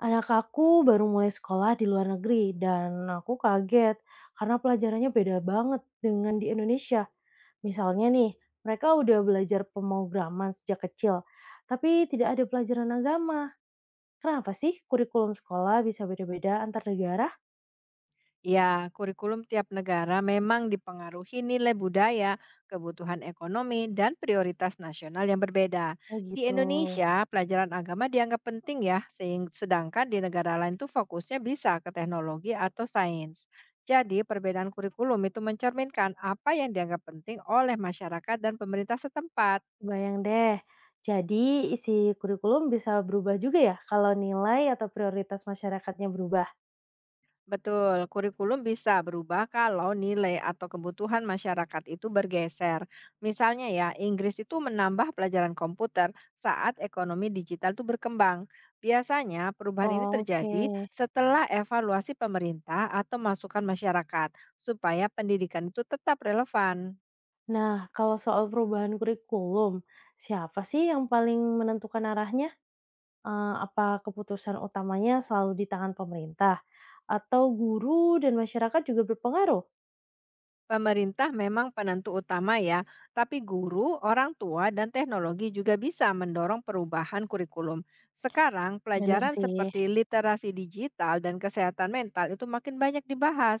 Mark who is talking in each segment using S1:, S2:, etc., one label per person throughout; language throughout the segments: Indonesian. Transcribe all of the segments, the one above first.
S1: Anak aku baru mulai sekolah di luar negeri dan aku kaget karena pelajarannya beda banget dengan di Indonesia. Misalnya nih, mereka udah belajar pemrograman sejak kecil, tapi tidak ada pelajaran agama. Kenapa sih kurikulum sekolah bisa beda-beda antar negara?
S2: Ya, kurikulum tiap negara memang dipengaruhi nilai budaya, kebutuhan ekonomi, dan prioritas nasional yang berbeda.
S1: Oh
S2: Di
S1: gitu,
S2: Indonesia, pelajaran agama dianggap penting ya, sedangkan di negara lain tuh fokusnya bisa ke teknologi atau sains. Jadi, perbedaan kurikulum itu mencerminkan apa yang dianggap penting oleh masyarakat dan pemerintah setempat.
S1: bayang deh. Jadi isi kurikulum bisa berubah juga ya kalau nilai atau prioritas masyarakatnya berubah.
S2: Betul, kurikulum bisa berubah kalau nilai atau kebutuhan masyarakat itu bergeser. Misalnya ya, Inggris itu menambah pelajaran komputer saat ekonomi digital itu berkembang. Biasanya perubahan ini terjadi
S1: Oke.
S2: setelah evaluasi pemerintah atau masukan masyarakat supaya pendidikan itu tetap relevan.
S1: Nah, kalau soal perubahan kurikulum, siapa sih yang paling menentukan arahnya? Eh, apa keputusan utamanya selalu di tangan pemerintah? Atau guru dan masyarakat juga berpengaruh?
S2: Pemerintah memang penentu utama ya, tapi guru, orang tua, dan teknologi juga bisa mendorong perubahan kurikulum. Sekarang,
S1: Bener
S2: pelajaran
S1: sih.
S2: seperti literasi digital dan kesehatan mental itu makin banyak dibahas.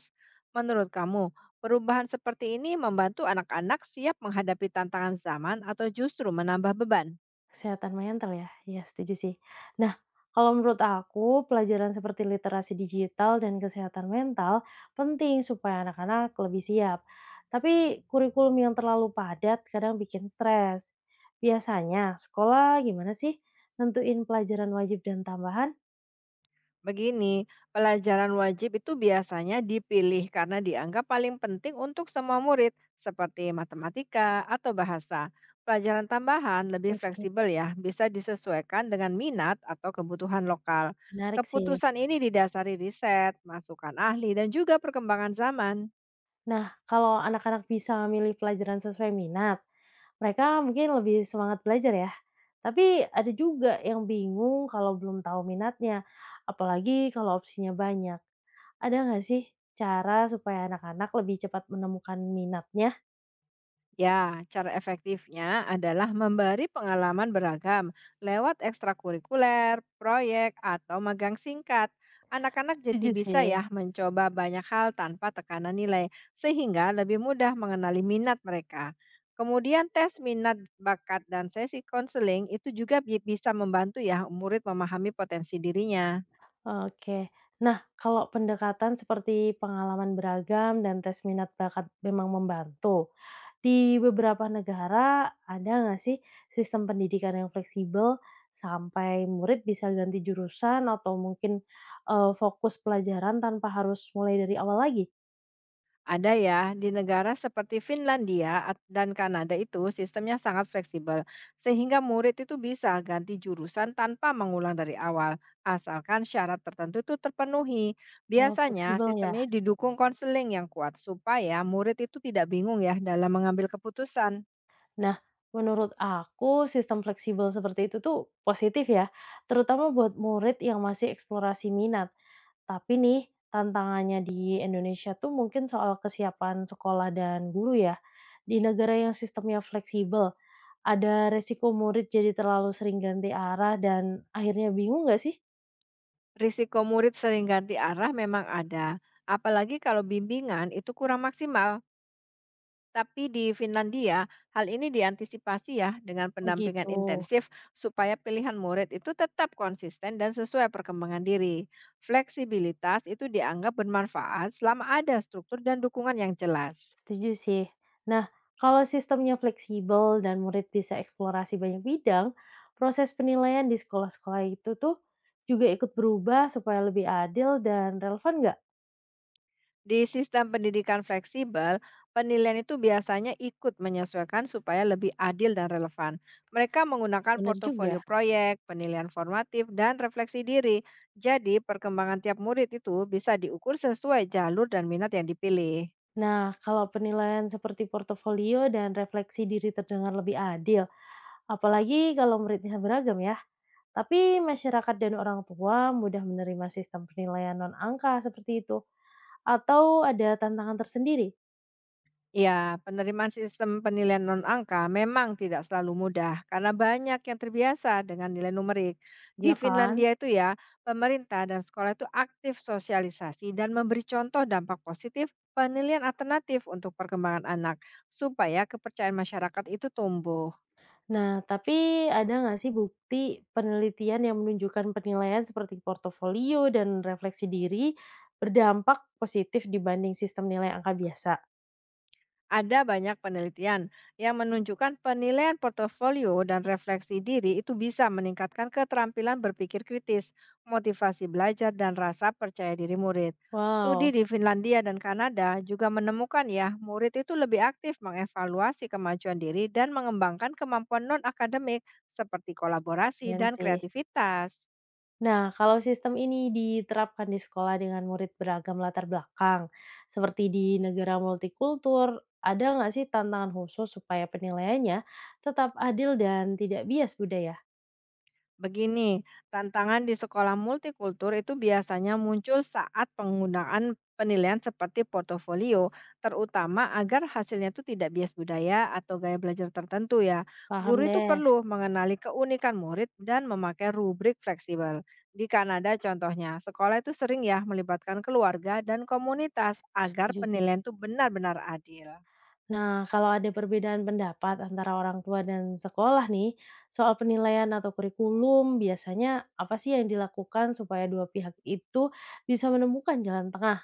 S2: Menurut kamu, perubahan seperti ini membantu anak-anak siap menghadapi tantangan zaman atau justru menambah beban?
S1: Kesehatan mental ya? Iya setuju sih. Nah, kalau menurut aku pelajaran seperti literasi digital dan kesehatan mental penting supaya anak-anak lebih siap. Tapi kurikulum yang terlalu padat kadang bikin stres. Biasanya sekolah gimana sih nentuin pelajaran wajib dan tambahan?
S2: Begini, pelajaran wajib itu biasanya dipilih karena dianggap paling penting untuk semua murid, seperti matematika atau bahasa. Pelajaran tambahan lebih
S1: Oke.
S2: fleksibel ya, bisa disesuaikan dengan minat atau kebutuhan lokal.
S1: Menarik sih.
S2: Keputusan ini didasari riset, masukan ahli, dan juga perkembangan zaman.
S1: Nah, kalau anak-anak bisa milih pelajaran sesuai minat, mereka mungkin lebih semangat belajar ya. Tapi ada juga yang bingung kalau belum tahu minatnya, apalagi kalau opsinya banyak. Ada nggak sih cara supaya anak-anak lebih cepat menemukan minatnya?
S2: Ya, cara efektifnya adalah memberi pengalaman beragam lewat ekstrakurikuler, proyek, atau magang singkat. Anak-anak jadi
S1: Setuju
S2: bisa
S1: sih.
S2: ya mencoba banyak hal tanpa tekanan nilai, sehingga lebih mudah mengenali minat mereka. Kemudian tes minat bakat dan sesi konseling itu juga bisa membantu ya murid memahami potensi dirinya.
S1: Oke. Nah, kalau pendekatan seperti pengalaman beragam dan tes minat bakat memang membantu. Di beberapa negara ada nggak sih sistem pendidikan yang fleksibel sampai murid bisa ganti jurusan atau mungkin fokus pelajaran tanpa harus mulai dari awal lagi?
S2: Ada ya, di negara seperti Finlandia dan Kanada itu sistemnya sangat fleksibel, sehingga murid itu bisa ganti jurusan tanpa mengulang dari awal, asalkan syarat tertentu itu terpenuhi.
S1: Oh,
S2: Biasanya
S1: fleksibel
S2: sistem
S1: ya.
S2: ini didukung konseling yang kuat supaya murid itu tidak bingung ya dalam mengambil keputusan.
S1: Nah, menurut aku sistem fleksibel seperti itu tuh positif ya, terutama buat murid yang masih eksplorasi minat. Tapi nih, tantangannya di Indonesia tuh mungkin soal kesiapan sekolah dan guru ya. Di negara yang sistemnya fleksibel, ada resiko murid jadi terlalu sering ganti arah dan akhirnya bingung nggak sih?
S2: Risiko murid sering ganti arah memang ada, apalagi kalau bimbingan itu kurang maksimal. Tapi di Finlandia, hal ini diantisipasi ya dengan
S1: Oh
S2: pendampingan
S1: gitu,
S2: intensif supaya pilihan murid itu tetap konsisten dan sesuai perkembangan diri. Fleksibilitas itu dianggap bermanfaat selama ada struktur dan dukungan yang jelas.
S1: setuju sih. Nah, kalau sistemnya fleksibel dan murid bisa eksplorasi banyak bidang, proses penilaian di sekolah-sekolah itu tuh juga ikut berubah supaya lebih adil dan relevan nggak?
S2: Di sistem pendidikan fleksibel, penilaian itu biasanya ikut menyesuaikan supaya lebih adil dan relevan. Mereka menggunakan
S1: Bener
S2: portofolio
S1: juga.
S2: proyek, penilaian formatif, dan refleksi diri. Jadi, perkembangan tiap murid itu bisa diukur sesuai jalur dan minat yang dipilih.
S1: Nah, kalau penilaian seperti portofolio dan refleksi diri terdengar lebih adil, apalagi kalau muridnya beragam ya. Tapi masyarakat dan orang tua mudah menerima sistem penilaian non-angka seperti itu. Atau ada tantangan tersendiri,
S2: Ya, penerimaan sistem penilaian non-angka memang tidak selalu mudah karena banyak yang terbiasa dengan nilai numerik.
S1: ya
S2: Di
S1: kan?
S2: Finlandia itu ya, pemerintah dan sekolah itu aktif sosialisasi dan memberi contoh dampak positif penilaian alternatif untuk perkembangan anak supaya kepercayaan masyarakat itu tumbuh.
S1: Nah, tapi ada nggak sih bukti penelitian yang menunjukkan penilaian seperti portofolio dan refleksi diri berdampak positif dibanding sistem nilai angka biasa?
S2: Ada banyak penelitian yang menunjukkan penilaian portofolio dan refleksi diri itu bisa meningkatkan keterampilan berpikir kritis, motivasi belajar, dan rasa percaya diri murid. Studi
S1: Wow,
S2: di Finlandia dan Kanada juga menemukan ya, murid itu lebih aktif mengevaluasi kemajuan diri dan mengembangkan kemampuan non-akademik seperti kolaborasi
S1: keren
S2: dan
S1: sih.
S2: kreativitas.
S1: Nah, kalau sistem ini diterapkan di sekolah dengan murid beragam latar belakang, seperti di negara multikultur, ada nggak sih tantangan khusus supaya penilaiannya tetap adil dan tidak bias budaya?
S2: Begini, tantangan di sekolah multikultur itu biasanya muncul saat penggunaan penilaian seperti portofolio, terutama agar hasilnya itu tidak bias budaya atau gaya belajar tertentu ya.
S1: Paham
S2: Guru itu
S1: deh,
S2: perlu mengenali keunikan murid dan memakai rubrik fleksibel. Di Kanada contohnya, sekolah itu sering ya melibatkan keluarga dan komunitas agar
S1: setuju sih.
S2: penilaian itu benar-benar adil.
S1: Nah, kalau ada perbedaan pendapat antara orang tua dan sekolah nih, soal penilaian atau kurikulum, biasanya apa sih yang dilakukan supaya dua pihak itu bisa menemukan jalan tengah?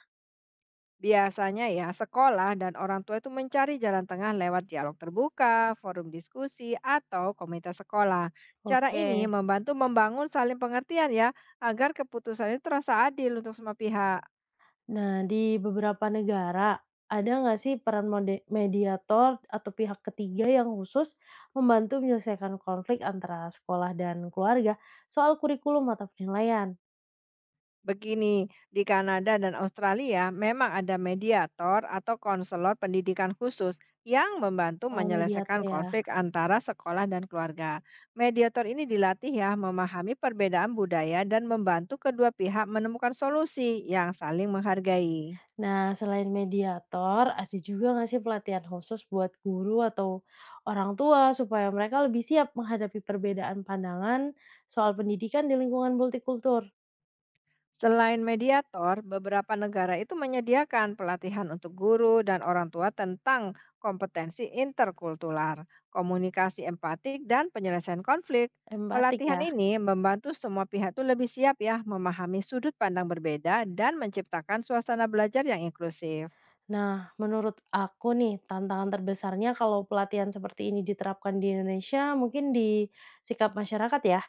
S2: Biasanya ya, sekolah dan orang tua itu mencari jalan tengah lewat dialog terbuka, forum diskusi, atau komite sekolah. Cara
S1: Oke.
S2: ini membantu membangun saling pengertian ya, agar keputusan itu terasa adil untuk semua pihak.
S1: Nah, di beberapa negara, ada nggak sih peran mode mediator atau pihak ketiga yang khusus membantu menyelesaikan konflik antara sekolah dan keluarga soal kurikulum atau penilaian?
S2: Begini, di Kanada dan Australia memang ada mediator atau konselor pendidikan khusus yang membantu
S1: Oh,
S2: menyelesaikan
S1: mediator ya.
S2: konflik antara sekolah dan keluarga. Mediator ini dilatih ya memahami perbedaan budaya dan membantu kedua pihak menemukan solusi yang saling menghargai.
S1: Nah, selain mediator, ada juga nggak sih pelatihan khusus buat guru atau orang tua supaya mereka lebih siap menghadapi perbedaan pandangan soal pendidikan di lingkungan multikultur?
S2: Selain mediator, beberapa negara itu menyediakan pelatihan untuk guru dan orang tua tentang kompetensi interkultural, komunikasi empatik, dan penyelesaian konflik.
S1: Empatik
S2: Pelatihan
S1: ya.
S2: ini membantu semua pihak itu lebih siap ya memahami sudut pandang berbeda dan menciptakan suasana belajar yang inklusif.
S1: Nah, menurut aku nih, tantangan terbesarnya kalau pelatihan seperti ini diterapkan di Indonesia, mungkin di sikap masyarakat ya.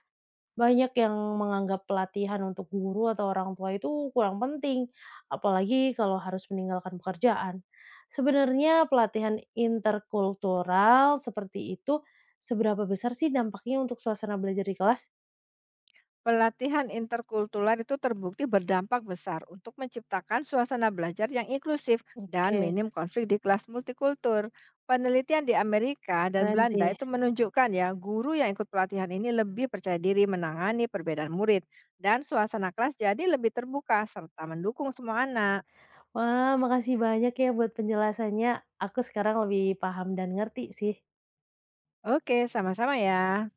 S1: Banyak yang menganggap pelatihan untuk guru atau orang tua itu kurang penting, apalagi kalau harus meninggalkan pekerjaan. Sebenarnya pelatihan interkultural seperti itu, seberapa besar sih dampaknya untuk suasana belajar di kelas?
S2: Pelatihan interkultural itu terbukti berdampak besar untuk menciptakan suasana belajar yang inklusif dan
S1: Oke,
S2: minim konflik di kelas multikultur. Penelitian di Amerika dan
S1: keren sih.
S2: Belanda itu menunjukkan ya, guru yang ikut pelatihan ini lebih percaya diri menangani perbedaan murid dan suasana kelas jadi lebih terbuka serta mendukung semua anak.
S1: Wah, makasih banyak ya buat penjelasannya. Aku sekarang lebih paham dan ngerti sih.
S2: Oke, sama-sama ya.